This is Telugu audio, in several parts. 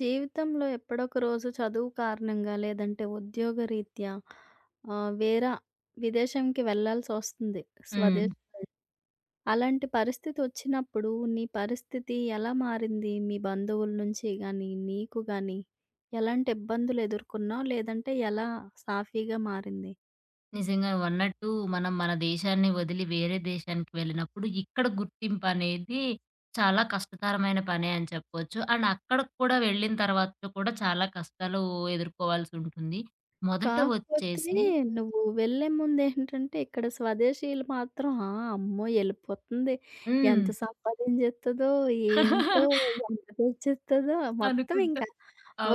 జీవితంలో ఎప్పుడొక రోజు చదువు కారణంగా లేదంటే ఉద్యోగ రీత్యా ఆహ్, వేర విదేశంకి వెళ్ళాల్సొస్తుంది. హ్మ్. స్వదేశ్ అలాంటి పరిస్థితి వచ్చినప్పుడు నీ పరిస్థితి ఎలా మారింది? మీ బంధువుల నుంచి గాని, నీకు గాని ఎలాంటి ఇబ్బందులు ఎదుర్కొన్నావు? లేదంటే ఎలా సాఫీగా మారింది? నిజంగా నువ్వన్నట్టు మనం మన దేశాన్ని వదిలి వేరే దేశానికి వెళ్ళినప్పుడు ఇక్కడ గుర్తింపు అనేది చాలా కష్టతరమైన పనే అని చెప్పొచ్చు. అండ్ అక్కడికి కూడా వెళ్ళిన తర్వాత కూడా చాలా కష్టాలు ఎదుర్కోవాల్సుంటుంది. మొదట కాకపోతే వచ్చేసి నువ్వు వెళ్ళే ముందేంటంటే ఇక్కడ స్వదేశీయులు మాత్రం ఆ! అమ్మో! ఎళ్ళిపోతుంది. హ్మ్. ఎంత సంపాదించేత్తదో, ఏంటో, ఎంత తెచ్చిత్తదో మొత్తం అనుకుంటా. ఇంకా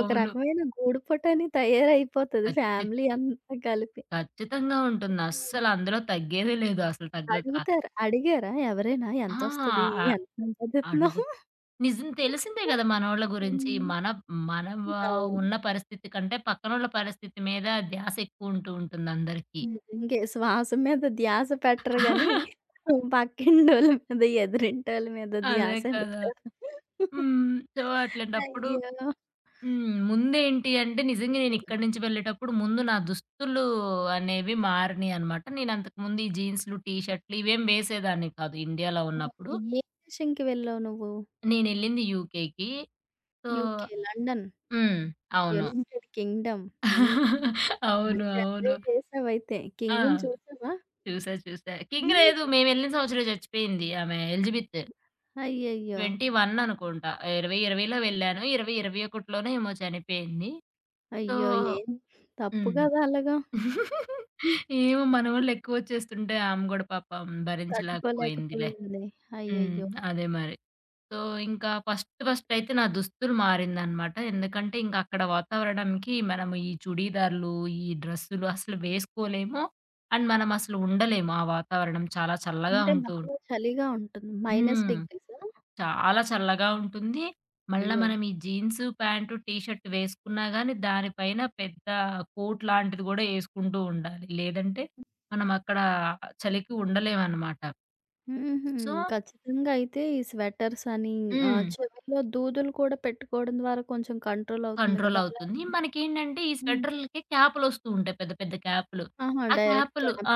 ఒక రకమైన గూడుపుటని తయారైపోతది ఖచ్చి ఫ్యామిలీ అంతా కలిపి. ఖచ్చితంగా ఉంటుంది. హ్మ్. అస్సలు అందులో తగ్గేదే లేదు. అసలు తగ్గదు. అడుగుతారు. అడిగారా ఎవరైనా ఆ! ఎంతొస్తది? ఆ! ఎంత అడుగు సంపాదిత్తన్నావు? నిజం తెలిసిందే గదా మనోళ్ళ గురించి. హ్మ్. మనం అవును. ఉన్న పరిస్థితి కంటే పక్కనోళ్ళ పరిస్థితి మీద ధ్యాస ఎక్కువుంటూ ఉంటుందందరికీ. హ్మ్. ఇంకే శ్వాస మీద ధ్యాస పెట్టరు గానీ, పక్కింటోళ్ళ మీద, ఎదురింటోళ్ళ మీద అదే ధ్యాస కదా! ఎడతారు. హ్మ్. సో, అట్లాంటప్పుడు అయ్యో! హ్మ్. ముందేంటి అంటే నిజంగా హ్మ్. నేనిక్కడి నుంచి వెళ్ళేటప్పుడు ముందు నా దుస్తులు అనేవి మారినియనమాట. నేనంతకుముందు ఈ జీన్స్‌లు, టీ షర్ట్‌లు ఇవేం వేసేదాన్ని కాదు ఇండియాలో ఉన్నప్పుడు. ఓకే. ఏ దేశంకి వెళ్ళావు నువ్వు? నేనెళ్ళింది యూకేకి. సో యూకే, లండన్, హ్మ్. అవును. United Kingdom. హ్మ్. అవును. మంచి అవును. ఎంజాయ్ చేసావైతే. ఆ! కింగుని చూసావా? చూసా, చూసా. 'కింగ్' లేదు. హ్మ్. మేమెళ్ళిన సంవత్సరమే చచ్చిపోయింది ఆమె. ఎలిజబెత్ అయ్యయ్యో! 21 అనుకుంటా. 20, 20లో వెళ్ళాను. 20, 21లోనో ఏమో చనిపోయింది. సో అయ్యో! ఏం తప్పు హ్మ్. కదా అలాగా. హ్మ్. ఏమో మనోళ్ళు ఎక్కువొచ్చేస్తుంటే ఆమె గూడా పాపం భరించలేకపోయిందిలే. తట్టుకోలేకపోయింది. హ్మ్. అయ్యయ్యో! అదే మరి. సో, ఇంకా ఫస్ట్ ఫస్ట్ అయితే నా దుస్తులు మారిందనమాట. ఎందుకంటే ఇంక అక్కడ వాతావరణంకి మనం ఈ చుడీదార్లు, ఈ డ్రెస్సులు అసలు వేసుకోలేము. అండ్ మనం అసలు ఉండలేము. ఆ వాతావరణం చాలా చల్లగా అంటే ఉంటూ బాగా చలిగా ఉంటుంది. మైనస్ హ్మ్. డిగ్రీసా? చాలా చల్లగా ఉంటుంది. మళ్ళా అయ్యో! మనం ఈ జీన్స్ ప్యాంట్, టీ షర్ట్ వేసుకున్నా గాని దానిపైన పెద్ద కోట్ లాంటిది గూడా యేసుకుంటూ ఉండాలి. లేదంటే మనం అక్కడ చలికి ఉండలేమనమాట. హుహు. సో ఖచ్చితంగా అయితే ఈ స్వెటర్స్ అని హ్మ్. చెవుల్లో దూదులు కూడా పెట్టుకోవడం ద్వారా కొంచెం కంట్రోల్ అవుతుంది కదా! కంట్రోలవుతుంది. అలాంటి మనకేంటంటే ఈ హ్మ్. స్వెటర్‌లకి క్యాపులొస్తూ ఉంటాయి. పెద్ద పెద్ద క్యాపులు. ఆహా! ఆ డైరెక్ట్ క్యాపులు క్యాప్. ఆ!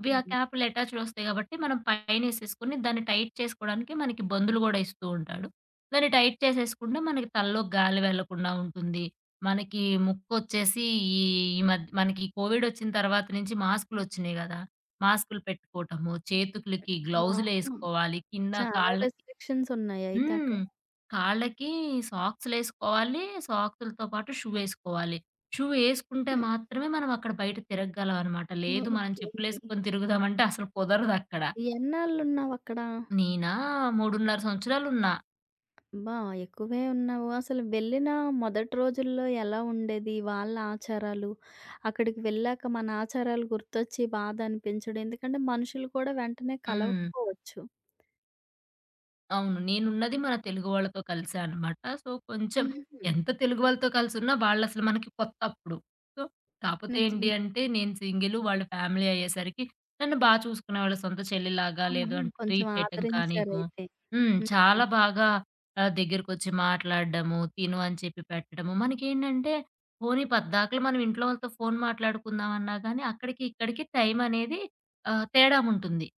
అవి ఆ హ్మ్. క్యాపులు అటాచ్‌డొస్తాయి గాబట్టి మనం పైనేసేసుకొని దాన్ని టైట్ చేసుకోవడానికి మనకి బందులు గూడా ఇస్తూ ఉంటాడు. దాన్ని టైట్ చేసేసుకుంటే మనకి తలలో గాలి వెళ్ళకుండా ఉంటుంది. మనకి ముక్కొచ్చేసి ఈ ఈ మధ్య మనకి కోవిడొచ్చిన తర్వాత నుంచి మాస్కులొచ్చినియి గదా! మాస్కులు పెట్టుకోవటము, చేతులకి ఆహా! గ్లౌజులేసుకోవాలి, కింద చాలా కాళ్ళకి రెస్ట్రిక్షన్స్ ఉన్నాయి అయితే హ్మ్. అక్కడ. కాళ్ళకి సాక్సులేసుకోవాలి. సాక్సులతో పాటు షూ ఏసుకోవాలి. షూ ఏసుకుంటే హ్మ్. మాత్రమే మనం అక్కడ బయట తిరగగలం అనమాట. లేదు మనం ఓకే. చెప్పులేసుకొని తిరుగుదామంటే అసలు కుదరదక్కడ. ఎన్నాళ్ళున్నావక్కడ? నేనా 3.5 సంవత్సరాలున్నా. అబ్బా! ఎక్కువే ఉన్నావు. అసలు వెళ్ళిన మొదటి రోజుల్లో ఎలా ఉండేది? వాళ్ళ ఆచారాలు, అక్కడికి వెళ్ళాక మన ఆచారాలు గుర్తొచ్చి బాధ అనిపించడం. ఎందుకంటే మనుషులు కూడా వెంటనే హ్మ్. కలవకపోవచ్చు. అవును. నేనున్నది మన తెలుగు వాళ్ళతో కలిసే అనమాట. సో, కొంచెం హుహు. ఎంత తెలుగు వాళ్ళతో కలిసున్నా వాళ్ళసలు మనకి కొత్తప్పుడు. సో, కాపోతే ఏంటి నిజమే. అంటే నేను సింగిలు, వాళ్ళు ఫ్యామిలీ అయ్యేసరికి నన్ను బా చూసుకునేవాళ్ళు. సొంత చెల్లిలాగా ఆహా! లేదు అంటే కొంచెం ట్రీట్ చేయటం కానివ్వు ఆదరించారయితే. హ్మ్. చాలా హ్మ్. బాగా దగ్గరకొచ్చి మాట్లాడడము, తిను అని చెప్పి పెట్టడము. మనకేంటంటే పోనీ పద్దాకల మనం ఇంట్లో వాళ్ళతో ఫోను మాట్లాడుకుందామన్నా గానీ అక్కడికి, ఇక్కడికి టైమనేది తేడాముంటుంది.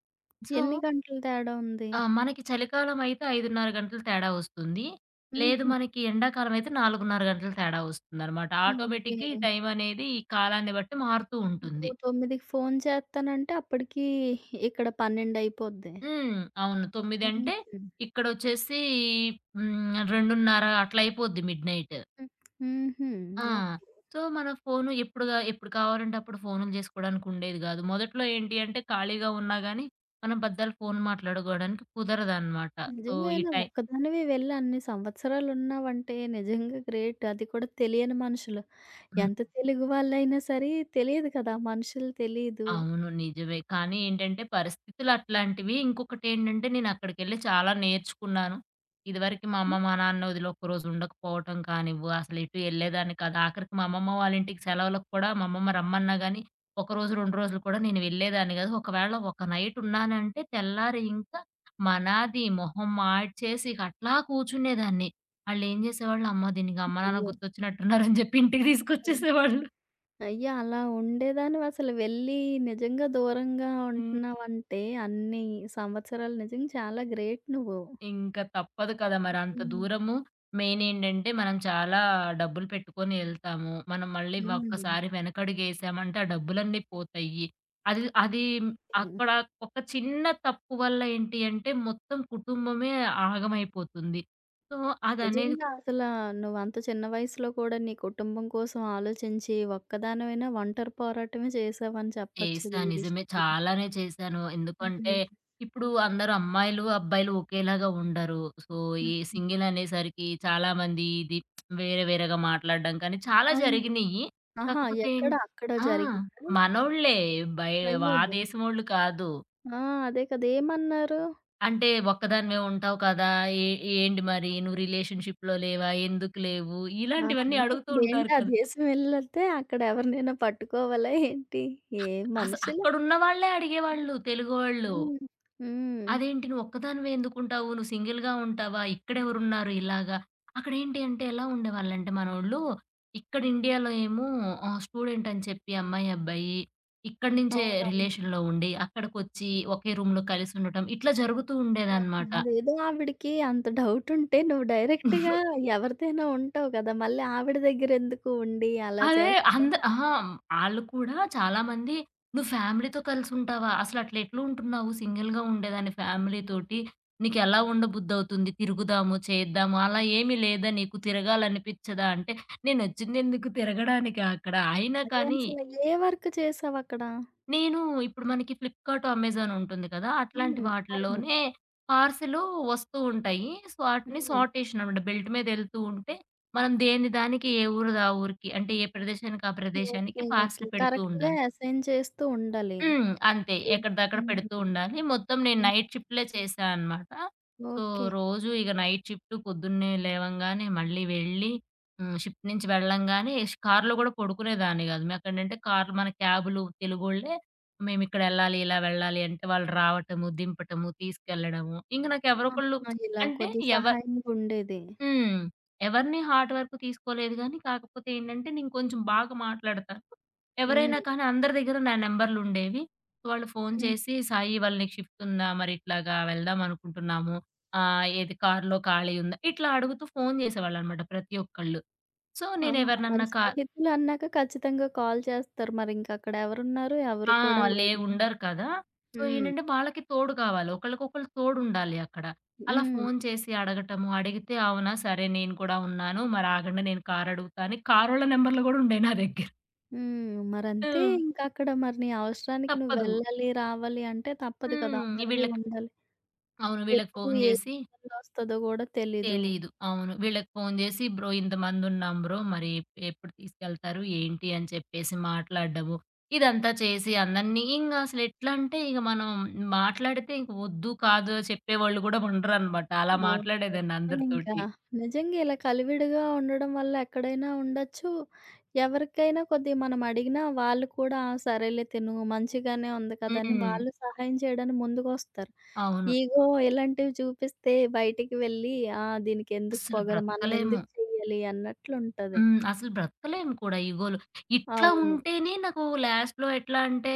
సో ఎన్ని గంటల తేడా ఉంది? ఆ! మనకి చలికాలం అయితే 5:30 గంటలు తేడా వస్తుంది. లేదు హుహు. మనకి ఎండాకాలం అయితే 4:30 గంటలు తేడా వస్తుందనమాట. ఓకే. ఆటోమేటిక్‌గా ఈ టైం అనేది ఈ కాలాన్ని బట్టి మారుతూ ఉంటుంది. నువ్వు 9కి ఫోను చేస్తానంటే అప్పటికి ఇక్కడ 12 అయిపోద్ది. హ్మ్. అవును. 9 అంటే హుహు. ఇక్కడొచ్చేసి హ్మ్. 2:30 అట్లా అయిపోద్ది మిడ్‌నైట్. హ్మ్. హుహు. ఆ! ఓకే. సో, మన ఫోను ఎప్పుడుగా ఎప్పుడు కావాలంటే అప్పుడు ఫోనులు చేసుకోవడానికి ఉండేది గాదు. మొదట్లో ఏంటి అంటే ఖాళీగా ఉన్నా గానీ, మనం బద్దాలు ఫోను మాట్లాడుకోవడానికి కుదరదనమాట. సో, ఈ నిజంగానే టై ఒక్కదానివి వెళ్ళి అన్ని సంవత్సరాలు ఉన్నావంటే నిజంగా గ్రేట్. అది కూడా తెలియని మనుషులు. ఎంత తెలుగు వాళ్ళైనా సరే తెలియదు కదా! మనుషులు తెలీదు. అవును. నిజమే. కానీ ఏంటంటే పరిస్థితులు అట్లాంటివి. ఇంకొకటేంటంటే నేనక్కడికెళ్ళి చాలా నేర్చుకున్నాను. ఇదివరకి మా అమ్మ, హ్మ్. మా నాన్న వదిలి ఒక్కరోజు ఉండకపోవటం కానివ్వు, అసలు ఎటు ఎళ్ళేదాన్ని కాదు. ఆఖరికి మా అమ్మమ్మ వాళ్ళ ఇంటికి సెలవులకు కూడా మా అమ్మమ్మ రమ్మన్నా గానీ, ఒకరోజు, 2 రోజులు కూడా నేను వెళ్ళేదాన్ని గాదు. ఒకవేళ ఒక నైట్ ఉన్నానంటే తెల్లారి ఇంకా మనాది మొహం మాడ్చేసి ఇక అట్లా కూర్చునేదాన్ని. ఆళ్ళేం జేసేవాళ్ళు, అమ్మ దీనికి అమ్మ, నాన్న అయ్యో! గుర్తొచ్చినట్టున్నారని జెప్పి ఇంటికి హ్మ్. తీసుకొచ్చేసేవాళ్ళు. అయ్యో! అలా ఉండేదానివసలు వెళ్ళి నిజంగా దూరంగా ఉంటున్నావంటే అన్ని సంవత్సరాలు నిజంగా చాలా గ్రేట్ నువ్వు. ఇంక తప్పదు కదా! మరంత హ్మ్. దూరము. మెయిన్ ఏంటంటే, మనం చాలా డబ్బులు పెట్టుకొని ఎళ్తాము. మనం మళ్ళీ హ్మ్. ఒక్కసారి వెనకడుగేసామంటే, ఆ డబ్బులన్నీ పోతాయి. అది అది అక్కడ ఒక చిన్న తప్పు వల్ల ఏంటి అంటే, మొత్తం కుటుంబమే ఆగమైపోతుంది. సో, అదనే నిజంగా అసలా నువ్వంత చిన్న వయసులో కూడా నీ కుటుంబం కోసం ఆలోచించి ఒక్కదానివైనా ఒంటరి పోరాటమే చేశావని చెప్పొచ్చు చేశా. ఈ నిజమే. విషయంలో. చాలానే చేశాను. ఎందుకంటే, హ్మ్. ఇప్పుడు అందరూ అమ్మాయిలు, అబ్బాయిలు ఒకేలాగా ఉండరు. సో, హ్మ్. ఈ సింగిల్ అనేసరికి చాలామంది ఇది వేరే వేరేగా మాట్లాడడం కానీ చాలా అవును. జరిగినియి. ఆహా! కాకపోతే ఏం ఎక్కడ? అక్కడ ఆ! జరిగిందా? మనోళ్ళే. బయ ఆ అయ్యయ్యో! దేశమోళ్ళు కాదు. ఆ! అదే కదా! ఏమన్నారు? అంటే, ఒక్కదానివే ఉంటావు కదా! ఏ ఏంటి మరి నువ్వు రిలేషన్‌షిప్‌లో లేవా? ఎందుకు లేవు? ఆహా! ఇలాంటివన్నీ అంటే అడుగుతూ ఉంటారు ఇప్పుడేంటి ఆ కదా! దేశం వెళ్తే అక్కడ ఎవరినైనా పట్టుకోవాలా ఏంటి? ఏ అసలు మనుషులు అక్కడున్న వాళ్ళే అడిగేవాళ్ళు తెలుగోళ్ళు. హ్మ్. హ్మ్. అదేంటి నువ్వొక్కదానివే ఎందుకుంటావు? నువ్వు సింగిల్‌గా ఉంటావా? ఇక్కడెవరున్నారు ఇలాగా? అక్కడేంటి అంటే ఎలా ఉండేవాళ్ళంటే మనోళ్ళు, ఇక్కడ ఇండియాలో ఏమో స్టూడెంట్ అని చెప్పి అమ్మాయి, అబ్బాయి ఇక్కడి నుంచే అవునవును. రిలేషన్‌లో ఉండి, అక్కడికొచ్చి ఒకే రూమ్‌లో కలిసుండటం ఇట్లా జరుగుతూ ఓకే. ఉండేదనమాట. అదేదో ఆవిడకి అంత డౌట్ ఉంటే నువ్వు డైరెక్ట్‌గా ఎవరిదైనా ఉంటావు కదా! మళ్ళీ ఆవిడ దగ్గర ఎందుకు ఉండి అలా అదే చేస్తా ఆ! ఆళ్ళు కూడా చాలామంది "నువ్వు ఫ్యామిలీతో కలిసుంటావా? అసలు అట్లా ఎట్లుంటున్నావు? సింగిల్‌గా ఉండేదాన్ని ఫ్యామిలీతోటి. నీకెలా ఉండబుద్ధవుతుంది? తిరుగుదాము, చేద్దాము. అలా ఏమీ లేదా నీకు? తిరగాలనిపిచ్చదా?" అంటే నేనొచ్చిందెందుకు తిరగడానికి అక్కడ? అయినా అదే కానీ అసలు ఏ వర్క్ చేసావక్కడ? నేను ఇప్పుడు మనకి ఫ్లిప్‌కార్ట్, అమెజాన్ ఉంటుంది కదా! అట్లాంటి హ్మ్. అవును. వాటిల్లోనే పార్సెలు వస్తూ ఉంటాయి. సో, ఆటిని హ్మ్. సార్ట్ చేసినమాట. బెల్ట్ మీద ఎళ్తూ ఉంటే, మనం దేని దానికి ఏ ఊరిది ఆ ఊరికి అంటే ఏ ప్రదేశానికి ఆ ప్రదేశానికి ఓకే. ఓకే. పార్సెల్ పెడుతూ కరెక్ట్‌గా ఉండాలి. అసైన్ చేస్తూ ఉండాలి. హ్మ్. అంతే. ఎద్ ఎక్కడిదక్కడ హ్మ్. పెడుతూ ఉండాలి. మొత్తం నేను హ్మ్. నైట్ షిఫ్ట్‌లే చేశా అనమాట. So, okay. రోజు ఇగ నైట్ షిఫ్ట్ పొద్దున్నే లేవంగానే మళ్ళీ వెళ్ళి హ్మ్. షిఫ్ట్ నుంచి వెళ్ళంగానే కార్‌లో గూడా పడుకునేదాన్ని గాదు. మాకేంటంటే కార్‌లు మన క్యాబులు తెలుగోళ్ళే మేమిక్కడెళ్ళాలి, ఇలా వెళ్ళాలి అంటే వాళ్ళు రావటము, దింపటము, తీసుకెళ్ళడము. ఇంక నాకెవరో ఒకళ్ళు ఆహా! ఇలా అంటే కొద్దిగా ఎవ సహాయంగుండేది. హ్మ్. ఎవరిని హార్ట్ వరకు తీసుకోలేదు గానీ, కాకపోతే ఏంటంటే నేను కొంచెం బాగా మాట్లాడతాను. ఎవరైనా హ్మ్. కానీ అందరి దగ్గర నా నంబర్లుండేవి. వాళ్ళు ఫోను హ్మ్. చేసి, "సాయి ఇవాళ నీకు షిఫ్ట్ ఉందా? మరి ఇట్లాగా వెళ్దాం అనుకుంటున్నాము. ఏది కార్‌లో ఖాళీ ఉందా?" ఇట్లా అడుగుతూ ఫోను చేసేవాళ్ళనమాట ప్రతి ఒక్కళ్ళు. సో, ఆ! నేను మరి ఎవరినన్నా స్నేహితులు అన్నాక ఖచ్చితంగా కాల్ చేస్తారు. మరింక అక్కడ ఎవరున్నారు? ఎవరు ఆ! కూడా లే లేరు. ఉండరు కదా! సో, హ్మ్. ఏంటంటే వాళ్ళకి తోడు కావాలి. ఒకళ్ళకొకళ్ళు తోడుండాలి అక్కడ. అలా ఫోను హ్మ్. చేసి అడగటము. అడిగితే అవునా! సరే నేను కూడా ఉన్నాను. మరి ఆగండి నేను కారు అడుగుతా అని కారోళ్ళ నంబర్‌లు కూడా ఉండేయి నా దగ్గర. హ్మ్. మరంతే హ్మ్. ఇంకక్కడ మరి నీ అవసరానికి నువ్వు తప్పదు. వెళ్ళాలి, రావాలి అంటే తప్పదు కదా! హ్మ్. అందరివి వీళ్ళకి ఉండాలి. అవును. వీళ్ళకి ఎప్పుడు ఫోను ఏ చేసి ఇబ్బందొస్తదో గూడా తెలీదు. తెలీదు. అవును. వీళ్ళకి ఫోను జేసి, "బ్రో ఇంతమందున్నాం బ్రో, మరి ఎప్పుడు తీసుకెళ్తారు, ఏంటి" అని చెప్పేసి మాట్లాడడము. ఇదంతా చేసి అందరిని ఇంగ అసలెట్లంటే, ఇగ మనం మాట్లాడితే ఇంక వద్దు, కాదు చెప్పేవాళ్ళు గూడా ఉండరనమాట. అలా అవును. మాట్లాడేదాన్ని ఇంకా అందరితోటి. నిజంగా ఇలా కలివిడిగా ఉండడం వల్ల ఎక్కడైనా ఉండొచ్చు. ఎవరికైనా కొద్దిగా మనం అడిగినా వాళ్ళు కూడా "ఆ! సరేలే తిను మంచిగానే ఉంది కదా!" అని హ్మ్. వాళ్ళు సహాయం చేయడానికి ముందుకొస్తారు. అవును. ఈగో ఇలాంటివి చూపిస్తే బయటికి వెళ్ళి, ఆ! దీనికెందుకు అస్సలు పొగరు, బ్రతకలేము. మనమెందుకు చెయ్యాలి అన్నట్లుంటది. హ్మ్. అసలు బ్రతకలేం కూడా ఈగోలో. ఇట్లా అవును. ఉంటేనే నాకు లాస్ట్‌లో ఎట్లా అంటే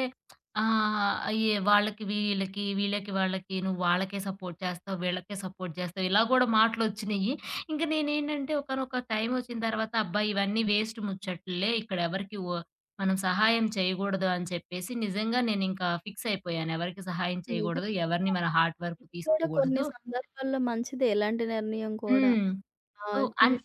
ఆహ్, ఏ వాళ్ళకి వీళ్ళకి, వీళ్ళకి వాళ్ళకి నువ్వు వాళ్ళకే సపోర్ట్ చేస్తావు, వీళ్ళకే సపోర్ట్ చేస్తావు ఇలా కూడా మాటలొచ్చినియి. ఇంక నేనేంటంటే ఒకానొక టైమ్ వచ్చిన తర్వాత అబ్బా! ఇవన్నీ వేస్ట్ ముచ్చట్లే ఇక్కడ ఎవరికీ ఓ మనం సహాయం చేయకూడదు అని చెప్పేసి నిజంగా నేనింకా ఫిక్స్ అయిపోయాను. ఎవరికీ సహాయం నిజంగా. చేయకూడదు. ఎవరిని మన హార్ట్ వరకు ఇది కూడా కొన్ని తీసుకోకూడదు. సందర్భాల్లో మంచిదే ఇలాంటి నిర్ణయం కూడా. హ్మ్. సో, అన్ ఇది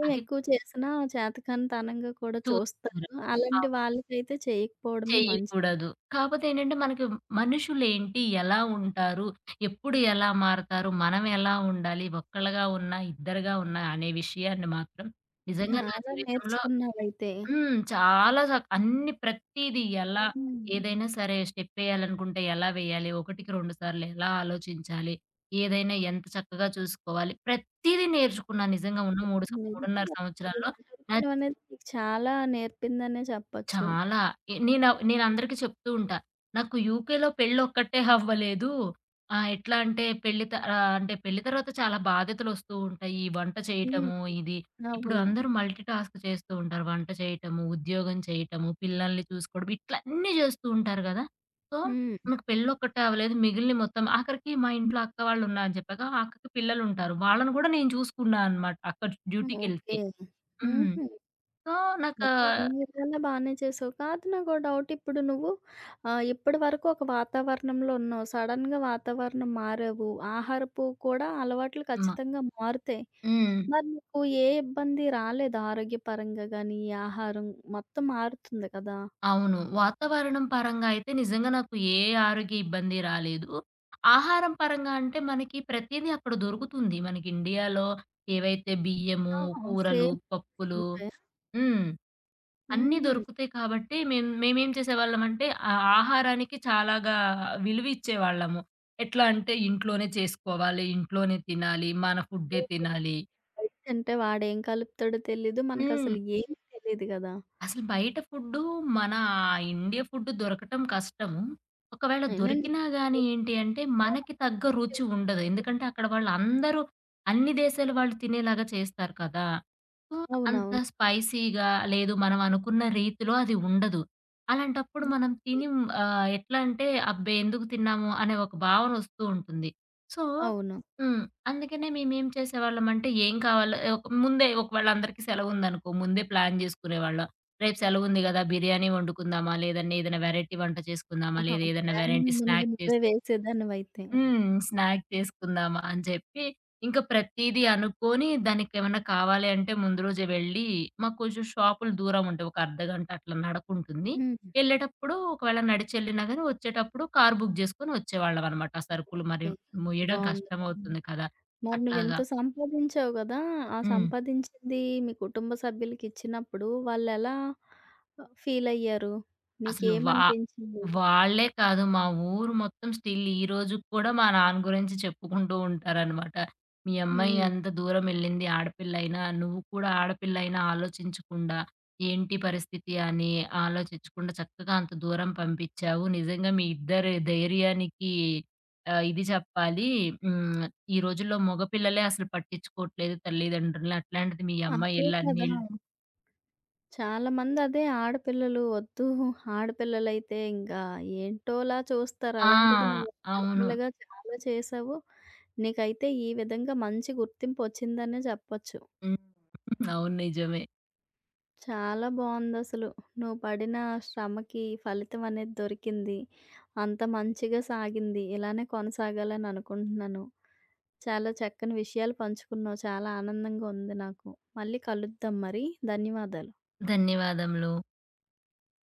ఏం అది ఎక్కువ చేసినా చేతకానితనంగా కూడా చూస్తారు. అలాంటి చూస్తున్నారు. వాళ్ళకైతే చేయకపోవడమే మంచిది. చెయ్యకూడదు. కాపోతే ఏంటంటే, మనకి మనుషులేంటి? ఎలా ఉంటారు? ఎప్పుడు ఎలా మారతారు? మనం ఎలా ఉండాలి? ఒక్కళ్ళగా ఉన్నా, ఇద్దరుగా ఉన్నా అనే విషయాన్ని మాత్రం నిజంగా నా చాలా జీవితంలో నేర్చుకున్నావైతే. హ్మ్. చాలా అన్ని ప్రతీదీ ఎలా హ్మ్. ఏదైనా సరే స్టెప్పేయాలనుకుంటే ఎలా వేయాలి? ఒకటికి రెండు సార్లు ఎలా ఆలోచించాలి? ఏదైనా ఎంత చక్కగా చూసుకోవాలి? ప్రతీదీ నేర్చుకున్నా నిజంగా ఉన్న మూడు సం 3.5 నిజంగా. ఈ సంవత్సరాల్లో నా ఒంటరితనం అనేది నీకు చాలా నేర్పిందనే చెప్పొచ్చు. చాలా. నేను అందరికీ చెప్తూ ఉంటా. నాకు యూకేలో పెళ్లొక్కటే అవ్వలేదు. ఎట్లా అంటే పెళ్లి తర్వాత చాలా బాధ్యతలొస్తూ ఉంటాయి. ఈ వంట హ్మ్. చేయటము ఇది. ఇప్పుడు అవును. అందరూ మల్టీ టాస్క్ చేస్తూ ఉంటారు. వంట చేయటము, ఉద్యోగం చేయటము, పిల్లల్ని చూసుకోవడం ఇట్లా అన్నీ చేస్తూ ఉంటారు గదా! సో, హ్మ్. నాకు పెళ్లొక్కటే అవ్వలేదు. మిగిలినయి మొత్తం ఆఖరికి మా ఇంట్లో అక్క వాళ్ళున్నా అని చెప్పాగా, ఆ అక్కకి పిల్లలుంటారు. వాళ్ళని గూడా నేను చూసుకున్నా అనమాట అక్క ఓకే. డ్యూటీకెళ్తే. హ్మ్. హుహు. సో, నాకు ఆ, మొత్తం అన్ని విధాలా బానే చేసావు. కాదు నాకో డౌట్ ఇప్పుడు నువ్వు ఇప్పటి వరకు ఒక వాతావరణంలో ఉన్నావు. సడెన్‌గా వాతావరణం మారావు. ఆహారపు కూడా అలవాట్లు మ ఖచ్చితంగా మారుతాయి. హ్మ్. మరి నీకు ఏ ఇబ్బంది రాలేదా ఆరోగ్యపరంగా గానీ, ఈ ఆహారం మొత్తం మారుతుంది కదా! అవును. వాతావరణం పరంగా అయితే నిజంగా నాకు ఏ ఆరోగ్య ఇబ్బంది రాలేదు. ఆహారం పరంగా అంటే మనకి ప్రతీదీ అక్కడ దొరుకుతుంది. మనకి ఇండియాలో ఏవైతే బియ్యము, ఆహా! కూరలు, సేమ్ పప్పులు ఉంటాయా? హ్మ్. అన్నీ హుహు. దొరుకుతాయి కాబట్టి మేము మేమేం చేసేవాళ్ళమంటే ఆ ఆహారానికి చాలాగా విలువ ఇచ్చేవాళ్ళము. ఎట్లా అంటే ఇంట్లోనే చేసుకోవాలి, ఇంట్లోనే తినాలి, మన ఫుడ్డే అదే కదా! తినాలి. బయట తింటే వాడేం కలుపుతాడో తెలీదు. హ్మ్. మనకసలు ఏమి తెలీదు గదా! అసలు బయట ఫుడ్డు, మన ఇండియా ఫుడ్ దొరకటం కష్టము. ఒకవేళ అయినా నీకు దొరికినా గాని ఏం- ఏంటి అంటే, మనకి తగ్గ రుచి ఉండదు. ఎందుకంటే, అక్కడ వాళ్ళందరూ అన్ని దేశాల వాళ్ళు తినేలాగా చేస్తారు కదా! సో, అంత అవునవును. స్పైసీగా లేదు మనం అనుకున్న రీతిలో అది ఉండదు. అలాంటప్పుడు హ్మ్. మనం తిని ఎట్లా అంటే, అబ్బే! ఎందుకు తిన్నాము అనే ఒక భావన వస్తూ ఉంటుంది. సో అవును. హ్మ్. అందుకనే మేమేం చేసేవాళ్ళమంటే, ఏం కావాలో ఒక ముందే ఒకవేళ అందరికీ సెలవుందనుకో, ముందే ప్లాన్ చేసుకునేవాళ్ళం. రేపు సెలవుంది గదా! బిర్యానీ వండుకుందామా? లేదంటే ఏదైనా వెరైటీ వంట చేసుకుందామా? ఆహా! లేదా ఏదైనా ప్లాన్ వెరైటీ ముందు స్నాక్ నువ్వే చేస్ వేసేదానివైతే. హ్మ్. స్నాక్ చేసుకుందామా? అని చెప్పి ఇంకా ప్రతీదీ అనుకోని దానికేమన్నా కావాలి అంటే ముందు రోజే వెళ్ళి మాకు కొంచెం షాపులు దూరం ఉంటాయి. ఒక అర్ధగంట అట్లా నడకుంటుంది. హ్మ్. ఎళ్ళేటప్పుడు ఒకవేళ నడిచెళ్ళినా గాని వచ్చేటప్పుడు కార్ బుక్ జేసుకొని వచ్చేవాళ్ళమనమాట. ఆ సరుకులు మరి ఓకే. మోయడం బావుంది. బావుంది. కష్టమవుతుంది కదా! మరి అట్లాగా. నువ్వెంత సంపాదించావు గదా! ఆ హ్మ్. సంపాదించింది మీ కుటుంబ సభ్యులకిచ్చినప్పుడు వాళ్ళెలా ఫీలయ్యారు? అసలు వా నీకేమనిపించింది? వాళ్ళే కాదు మా ఊరు మొత్తం స్టిల్ ఈ రోజుకి కూడా మా నాన్న గురించి చెప్పుకుంటూ ఉంటారనమాట. "మీ అమ్మాయి హ్మ్. అంత దూరం ఎళ్ళింది ఆడపిల్లయినా, నువ్వు కూడా ఆడపిల్లయినా ఆలోచించకుండా, ఏంటి పరిస్థితి అని ఆలోచించకుండా చక్కగా అంత దూరం పంపిచ్చావు. నిజంగా మీ ఇద్దరి ధైర్యానికి ఇది చెప్పాలి. హ్మ్. ఈ రోజుల్లో మగపిల్లలే అసలు పట్టించుకోవట్లేదు తల్లిదండ్రులని. అట్లాంటిది మీ అమ్మాయి అదే ఎళ్ళి కదా! అన్నేళ్ళు" చాలా మంది అదే ఆడపిల్లలు వద్దు. ఆడపిల్లలైతే ఇంకా ఏంటోలా చూస్తారు. ఆ! అలాంటిది నువ్వు అవును. ఆడపిల్లగా చాలా చేశావు. నీకైతే ఈ విధంగా మంచి గుర్తింపు వచ్చిందనే చెప్పొచ్చు. హ్మ్. అవును. నిజమే. చాలా బావుందసలు. నువ్వు పడిన శ్రమకి ఫలితం అనేది దొరికింది. అంత మంచిగా సాగింది. ఇలానే కొనసాగాలని అనుకుంటున్నాను. చాలా చక్కని విషయాలు పంచుకున్నావు. చాలా ఆనందంగా ఉంది నాకు. మళ్ళీ కలుద్దాం మరి. ధన్యవాదాలు. ధన్యవాదములు.